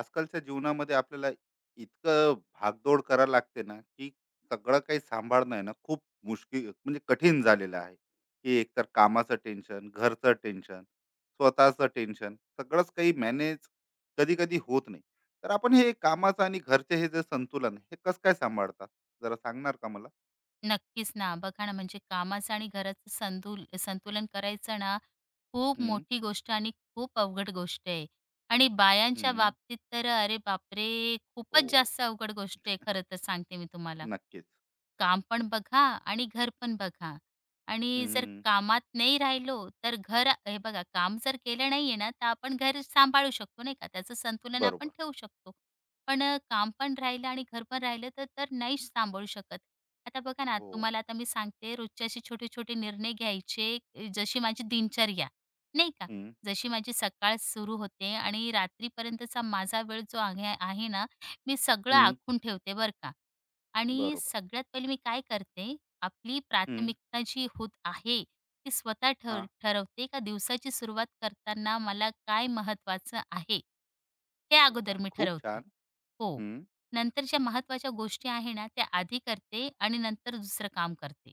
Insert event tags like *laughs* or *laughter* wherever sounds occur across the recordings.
आजकालच्या जीवनामध्ये आपल्याला इतकं भागदौड करायला लागते ना की सगळं काही सांभाळणं आहे ना खूप मुश्किल म्हणजे कठीण झालेलं आहे की एकतर कामाचं टेन्शन, घरचं टेन्शन, स्वतःचं टेन्शन, सगळंच काही मॅनेज कधी कधी होत नाही. तर आपण हे कामाचं आणि घरचे हे जे संतुलन आहे, हे कसं काय सांभाळतात, जरा सांगणार का मला? नक्कीच ना. बघा ना, म्हणजे कामाचं आणि घराचं संतुलन करायचं ना, खूप हम्म. मोठी गोष्ट आणि खूप अवघड गोष्ट आहे. आणि बायांच्या हम्म. बाबतीत तर अरे बापरे! हो, खूपच जास्त अवघड गोष्ट आहे खरं तर सांगते मी तुम्हाला. नक्कीच. काम पण बघा आणि घर पण बघा. आणि जर हम्म. कामात नाही राहिलो, तर घर हे बघा काम जर केलं नाहीये ना, तर आपण घर सांभाळू शकतो नाही का, त्याचं संतुलन आपण बरोबर. ठेवू शकतो. पण काम पण राहिलं आणि घर पण राहिलं तर तर नाहीच सांभाळू शकत. आता बघा ना, हो. तुम्हाला आता मी सांगते रोजचे असे छोटे-छोटे निर्णय घ्यायचे, जशी माझी दिनचर्या, नाही का. हम्म. जशी माझी सकाळ सुरू होते आणि रात्रीपर्यंतचा माझा वेळ जो आहे आहे ना, मी सगळं हम्म. आखून ठेवते बरं का. आणि बरोबर. सगळ्यात पहिले मी काय करते, आपली हम्म. प्राथमिकता जी होत आहे, ती स्वतः हा. ठरवते का दिवसाची सुरुवात करताना मला काय महत्त्वाचं आहे, हे अरे वा, अगोदर मी खूप ठरवते. छान. हो. नंतर ज्या महत्त्वाच्या गोष्टी आहे ना, त्या आधी करते आणि नंतर दुसरं काम करते.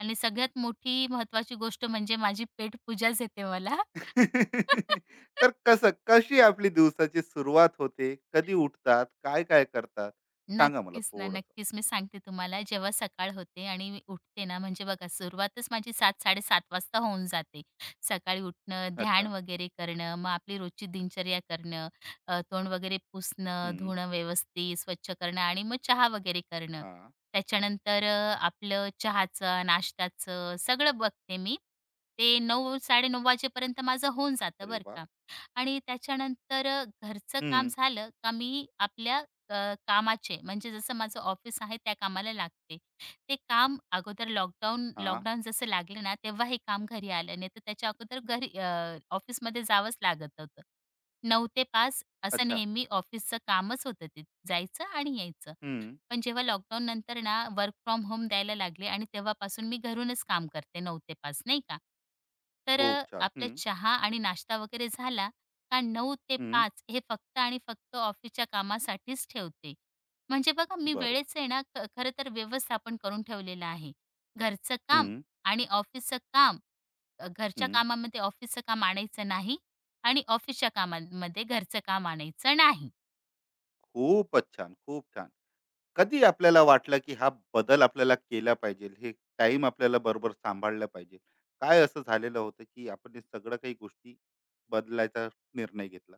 आणि सगळ्यात मोठी महत्त्वाची गोष्ट म्हणजे माझी पेटपूजाच येते मला. *laughs* *laughs* तर कसं, कशी आपली दिवसाची सुरुवात होते? कधी उठतात? काय-काय करतात? सांगा मला नक्कीच ना, थोडंसं. नक्कीच. मी सांगते तुम्हाला जेव्हा सकाळ होते आणि मी उठते ना, म्हणजे बघा सुरुवातच माझी 7:00-7:30 वाजता होऊन जाते. सकाळी उठणं, ध्यान अच्छा. वगैरे करणं, मग आपली रोजची दिनचर्या करणं, तोंड वगैरे पुसणं, हं. धुणं व्यवस्थित, स्वच्छ करणं आणि मग चहा वगैरे करणं. हां. त्याच्यानंतर आपलं चहाचं, नाश्त्याचं सगळं बघते मी. ते 9:00-9:30 वाजेपर्यंत माझं होऊन जातं अरे बरं वाह! का. आणि त्याच्यानंतर घरचं काम हं. झालं का मी आपल्या कामाचे म्हणजे जसं माझं ऑफिस आहे त्या कामाला लागते. ते काम अगोदर लॉकडाऊन हां. लॉकडाऊन जसं लागलं ना, तेव्हा हे काम घरी आलं. नाहीतर त्याच्या अगोदर घरी ऑफिसमध्ये जावंच लागत होतं. 9 ते 5 असं अच्छा. नेहमी ऑफिसचं कामच होतं ते. जायचं आणि यायचं. हं. पण जेव्हा लॉकडाऊन नंतर ना वर्क फ्रॉम होम द्यायला लागले आणि तेव्हापासून मी घरूनच काम करते 9 ते 5 नाही का. तर खूप छान. हं. आपला चहा आणि नाश्ता वगैरे झाला का 9 ते हं. पाच हे फक्त आणि फक्त ऑफिसच्या कामासाठीच ठेवते. म्हणजे बघा मी बरोबर. वेळेचं आहे ना खरं तर व्यवस्थापन करून ठेवलेलं आहे. घरचं काम हं. आणि ऑफिसचं काम. घरच्या हं. कामामध्ये ऑफिसचं काम आणायचं नाही आणि ऑफिसच्या कामांमध्ये घरचं काम आणायचं नाही. खूपच छान, खूप छान. कधी आपल्याला वाटलं, की हा बदल आपल्याला केला पाहिजे, हे टाईम आपल्याला बरोबर सांभाळलं पाहिजे? काय असं झालेलं होतं, की आपण हे सगळं काही गोष्टी बदलायचा निर्णय घेतला?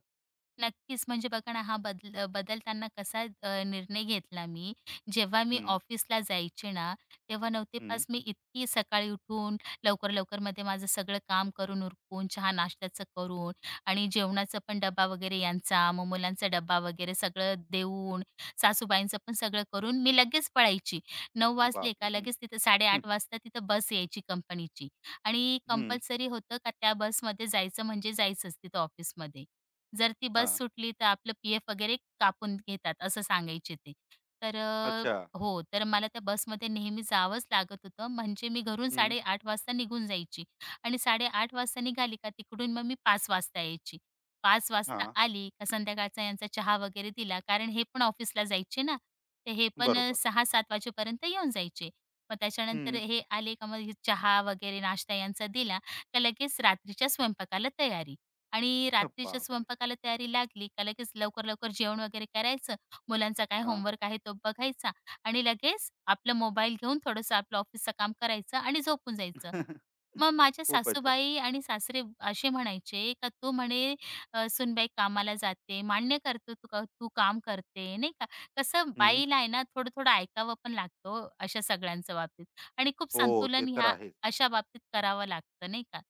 नक्कीच. म्हणजे बघा ना, हा बदल बदलताना कसा निर्णय घेतला मी. जेव्हा मी हं. ऑफिसला जायचे ना, तेव्हा 9 ते हं. 5 मी इतकी सकाळी उठून लवकर-लवकरमध्ये माझं सगळं काम करून उरकून, चहा-नाश्त्याचं करून आणि जेवणाचा पण डब्बा वगैरे यांचा, मग मुलांचा डब्बा वगैरे सगळं देऊन, सासूबाईंचं पण सगळं करून मी लगेच पळायची. 9 वाजले का बापरे! लगेच हं. तिथं 8:30 वाजता तिथं बस यायची कंपनीची आणि हं. कंपल्सरी होतं का त्या बसमध्ये जायचं म्हणजे जायचंच तिथं ऑफिसमध्ये. जर ती बस हां. सुटली तर आपलं पी-एफ वगैरे कापून घेतात असं सांगायचे ते. तर अच्छा. हो, तर मला त्या बसमध्ये नेहमी जावंच लागत होतं. म्हणजे मी घरून हं. 8:30 वाजता निघून जायची आणि 8:30 वाजता निघाली का तिकडून मग मी 5 वाजता यायची. 5 वाजता हां. आली का संध्याकाळचा यांचा चहा वगैरे दिला. कारण हे पण ऑफिसला जायचे ना. तर हे पण बरोबर. 6-7 वाजेपर्यंत येऊन जायचे. मग त्याच्यानंतर हं. हे आले का मग हे चहा वगैरे नाश्ता यांचा दिला, का लगेच रात्रीच्या स्वयंपाकाला तयारी. आणि *laughs* रात्रीच्या बापरे! स्वयंपाकाला तयारी लागली का लगेच लवकर-लवकर जेवण वगैरे करायचं. मुलांचा काय हां. होमवर्क आहे तो बघायचा आणि लगेच आपला मोबाईल घेऊन थोडंसं आपलं ऑफिसचं काम करायचं आणि झोपून जायचं. *laughs* मग माझ्या खूपच छान. सासूबाई आणि सासरे असे म्हणायचे का, "तू म्हणे सूनबाई कामाला जाते, मान्य करतो तू का तू काम करते." नाही का. कसं हं. बाईला आहे ना थोडं-थोडं ऐकावं पण लागतं हो अशा सगळ्यांच्या बाबतीत आणि खूप हो, ते संतुलन तर ह्या आहेच. अशा बाबतीत करावं लागतं नाही का.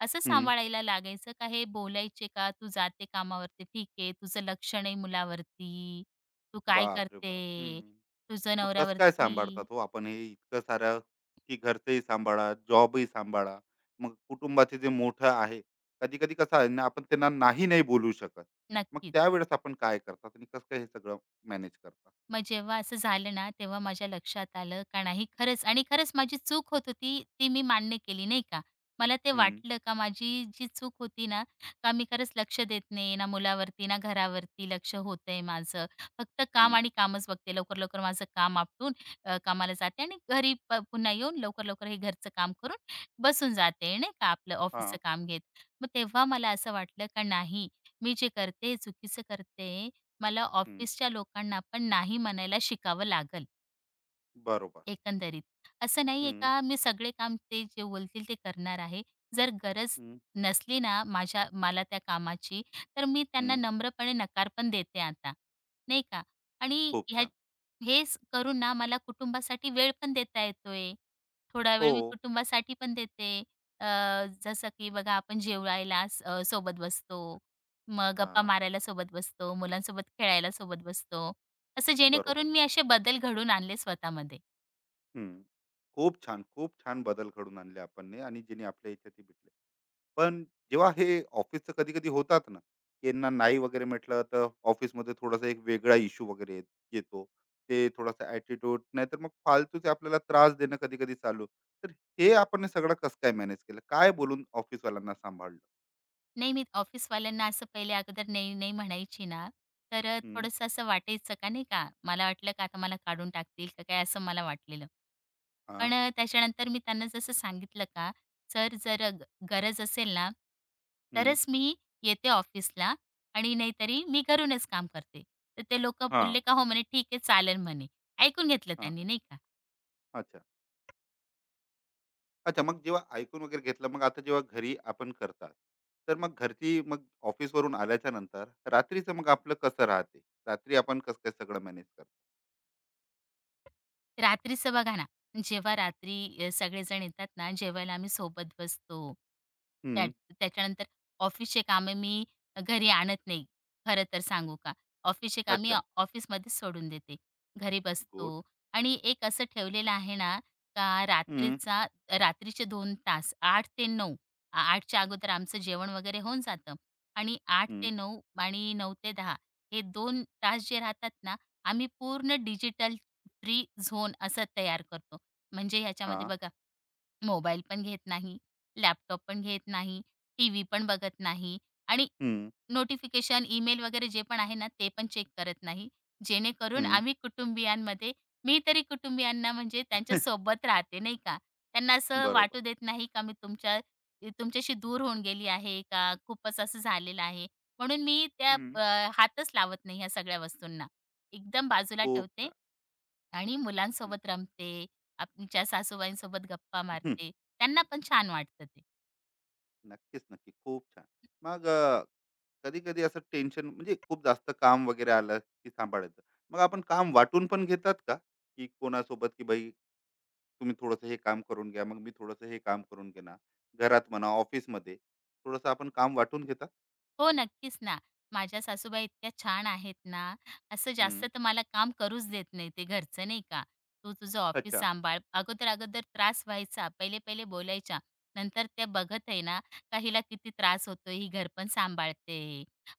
असं हं. सांभाळायला लागायचं का हे बोलायचे का, "तू जाते कामावरती ठीक आहे, तुझं लक्ष नाही मुलावरती, तू काय बापरे बाप! हं. करते, तुझं मग कसं काय नवऱ्यावरती." सांभाळतात हो आपण हे इतकं सारं, की घरचंही सांभाळा, जॉबही सांभाळा, मग कुटुंबाचे जे मोठं आहे, कधी-कधी कसं आहे ना आपण त्यांना नाही नाही बोलू शकत. मग नक्कीच. त्यावेळेस आपण काय करतात आणि कसं काय हे सगळं मॅनेज करतात? मग जेव्हा असं झालं ना, तेव्हा माझ्या लक्षात आलं का नाही खरंच आणि खरंच माझी चूक होत होती, ती मी मान्य केली नाही का. मला ते हं. वाटलं का माझी जी चूक होती ना, का मी खरंच लक्ष देत नाही, ना मुलावरती, ना घरावरती लक्ष होतंय माझं. फक्त काम हं. आणि कामच बघते. लवकर-लवकर माझं काम आपटून कामाला जाते आणि घरी पुन्हा येऊन लवकर-लवकर हे घरचं काम करून बसून जाते, नाही का आपलं ऑफिसचं हां. काम घेत. मग तेव्हा मला असं वाटलं का नाही, मी जे करते चुकीचं करते मला हं. ऑफिसच्या लोकांना पण नाही म्हणायला शिकावं लागल. बरोबर. एकंदरीत. असं नाहीये हं. का मी सगळे काम ते जे बोलतील ते करणार आहे. जर गरज हं. नसली ना माझ्या मला त्या कामाची, तर मी त्यांना हं. नम्रपणे नकार पण देते आता, नाही का? आणि खूप ह्या छान. हेच करून ना मला कुटुंबासाठी वेळ पण देता येतोय. थोडा हो. वेळ मी कुटुंबासाठी पण देते. अ, जसं की बघा आपण जेवायला सोबत बसतो. मग गप्पा हां. मारायला सोबत बसतो. मुलांसोबत खेळायला सोबत बसतो. असं बरोबर. जेणेकरून मी असे बदल घडवून आणले स्वतःमध्ये. हं. खूप छान, खूप छान बदल घडवून आणले आपणने आणि ज्यांनी आपल्या इथे ते भेटले. पण जेव्हा हे ऑफिसचं कधी-कधी होतात ना, यांना नाही वगैरे म्हटलं तर ऑफिसमध्ये थोडासा एक वेगळा इश्यू वगैरे येत- येतो. ते थोडासा ॲटिट्यूड नाहीतर मग फालतूचे आपल्याला त्रास देणं कधी-कधी चालू. तर हे आपण सगळं कसं काय मॅनेज केलं? काय बोलून ऑफिसवाल्यांना सांभाळलं? नाही, मी ऑफिसवाल्यांना असं पहिले अगोदर नाही, नाही म्हणायची ना, तर हं. थोडंसं असं वाटायचं का नाही का, मला वाटलं का आता मला काढून टाकतील का काय असं मला वाटलेलं. हां. पण त्याच्यानंतर मी त्यांना जसं सांगितलं का, "सर जर गरज असेल ना, हं. तरच मी येते ऑफिसला आणि नाहीतरी मी घरूनच काम करते." तर ते लोकं बोलले हां. का, "हो," म्हणे, "ठीक आहे, चालेल," म्हणे. ऐकून घेतलं हां. त्यांनी नाही का. अच्छा. अच्छा, मग जेव्हा ऐकून वगैरे घेतलं, मग आता जेव्हा घरी आपण करतात, तर मग घरची मग ऑफिसवरून आल्याच्या नंतर रात्रीचं मग आपलं कसं राहते? रात्री आपण कसं काय सगळं मॅनेज करतो? रात्रीचं बघा ना, जेव्हा रात्री सगळेजण येतात ना, जेवायला आम्ही सोबत बसतो. त्या हं. त्याच्यानंतर ऑफिसचे कामं मी घरी आणत नाही. खरं तर सांगू का, ऑफिसचे काम अच्छा. मी सोडून देते. घरी गुड. बसतो आणि एक असं ठेवलेलं आहे ना, का हं. रात्रीचे 2 तास 8 ते 9 8च्या अगोदर आमचं जेवण वगैरे होऊन जातं आणि 8 हं. ते 9 आणि 9 ते 10 हे 2 तास जे राहतात ना, आम्ही पूर्ण डिजिटल फ्री झोन असा तयार करतो. म्हणजे ह्याच्यामध्ये हां. बघा मोबाईल पण घेत नाही, लॅपटॉप पण घेत नाही, टीव्ही पण बघत नाही आणि हं. नोटिफिकेशन, ईमेल वगैरे जे पण आहे ना, ते पण चेक करत नाही. जेणेकरून हं. आम्ही कुटुंबियांमध्ये मी तरी कुटुंबियांना म्हणजे त्यांच्या सोबत राहते, नाही का. त्यांना असं बरोबर. वाटू देत नाही का मी तुमच्याशी दूर होऊन गेली आहे का खूपच असं झालेलं आहे. म्हणून मी त्या हं. हातच लावत नाही ह्या सगळ्या वस्तूंना. एकदम बाजूला खूप ठेवते छान. आणि हं. मुलांसोबत रमते, आमच्या सासूबाईंसोबत गप्पा *laughs* मारते. त्यांना पण छान वाटतं ते. नक्कीच, नक्की. खूप छान. मग कधी-कधी असं टेन्शन म्हणजे खूप जास्त काम वगैरे आलं की सांभाळायचं. मग आपण काम वाटून पण घेतात का? की कोणासोबत की बाई तुम्ही थोडंसं हे काम करून घ्या, मग मी थोडंसं हे काम करून घेणार. घरात म्हणा, ऑफिसमध्ये थोडंसं आपण काम वाटून घेतात? हो, नक्कीच ना. माझ्या सासूबाई इतक्या छान आहेत ना, असं हं. जास्त तर मला काम करूच देत नाही ते घरचं नाही का. "तू तुझं ऑफिस अच्छा. सांभाळ." अगोदर-अगोदर त्रास व्हायचा, पहिले-पहिले बोलायच्या. नंतर त्या बघत आहे ना, का हिला किती त्रास होतो ही घर पण सांभाळते,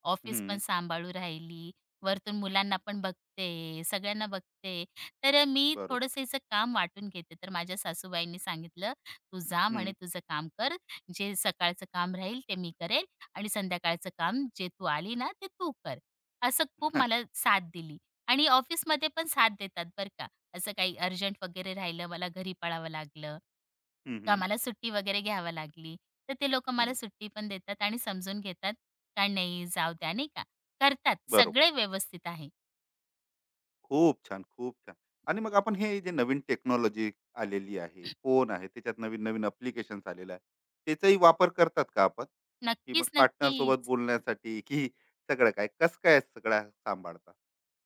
ऑफिस पण हं. सांभाळू राहिली, वरतून मुलांना पण बघते, सगळ्यांना बघते. तर मी बरोबर. थोडंसं हिचं काम वाटून घेते. तर माझ्या सासूबाईंनी सांगितलं, "तू जा हं. म्हणे तुझं काम कर, जे सकाळचं काम राहील ते मी करेल आणि संध्याकाळचं काम जे तू आली ना ते तू कर. असं खूप मला *laughs* साथ दिली आणि ऑफिसमध्ये पण साथ देतात बरं का. असं काही अर्जंट वगैरे राहिलं, मला घरी पळावं लागलं हं. का हं. मला सुट्टी वगैरे घ्यावी लागली, तर ते लोकं हं. मला *laughs* सुट्टी पण देतात आणि समजून घेतात का नाही जाऊ द्या, नाही का. करतात बरोबर. सगळे व्यवस्थित आहे. खूप छान, खूप छान. आणि मग आपण हे जे नवीन टेक्नॉलॉजी आलेली आहे, फोन आहे, त्याच्यात नवीन-नवीन ॲप्लिकेशन्स आलेलं आहे. त्याचाही वापर करतात का आपण? की मग नक्कीच, पार्टनरसोबत नक्कीच. बोलण्यासाठी की सगळं काय? कसं काय सगळं सांभाळता?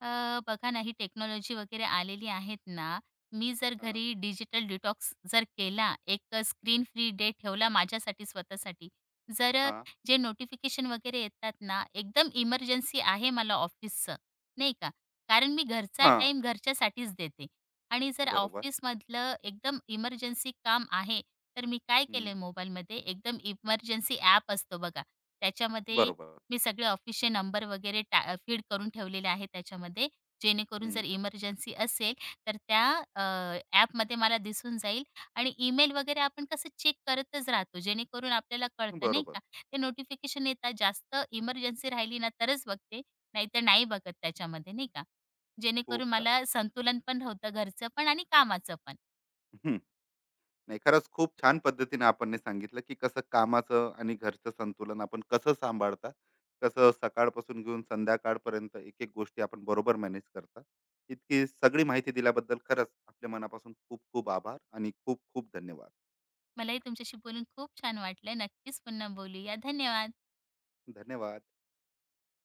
बघा ना, ही टेक्नॉलॉजी वगैरे आलेली आहेत ना, मी जर हां. घरी डिजिटल डिटॉक्स जर केला, एक स्क्रीन फ्री डे ठेवला माझ्यासाठी स्वतःसाठी. जर हां. जे नोटिफिकेशन वगैरे येतात ना, एकदम इमर्जन्सी आहे मला ऑफिसचं, नाही का. कारण मी घरचा हां. टाईम घरच्यासाठीच देते आणि जर बरोबर. ऑफिसमधलं एकदम इमर्जन्सी काम आहे, तर मी काय हं. केलंय मोबाईलमध्ये एकदम इमर्जन्सी ॲप असतो बघा. त्याच्यामध्ये बरोबर. मी सगळे ऑफिसचे नंबर वगैरे फीड करून ठेवलेले आहे त्याच्यामध्ये, जेणेकरून हं. जर इमर्जन्सी असेल तर त्या अ, ॲपमध्ये मला दिसून जाईल आणि ईमेल वगैरे आपण कसं चेक करतच राहतो, जेणेकरून आपल्याला कळतं नाही बरोबर. का. ते नोटिफिकेशन येतात, जास्त इमर्जन्सी राहिली ना तरच बघते, नाहीतर नाही बघत त्याच्यामध्ये नाही का. खूप जेणेकरून छान. मला संतुलन पण होतं घरचं पण आणि कामाचं पण. *laughs* नाही, खरंच खूप छान पद्धतीने आपण सांगितलं की कसं कामाचं आणि घरचं संतुलन आपण कसं सांभाळता, कसं सकाळपासून घेऊन संध्याकाळपर्यंत एक एक गोष्टी आपण बरोबर मॅनेज करता. इतकी सगळी माहिती दिल्याबद्दल खरंच आपल्या मनापासून खूप खूप आभार आणि खूप खूप धन्यवाद. मलाही तुमच्याशी बोलून खूप छान वाटलं. नक्कीच पुन्हा बोलूया. धन्यवाद. धन्यवाद.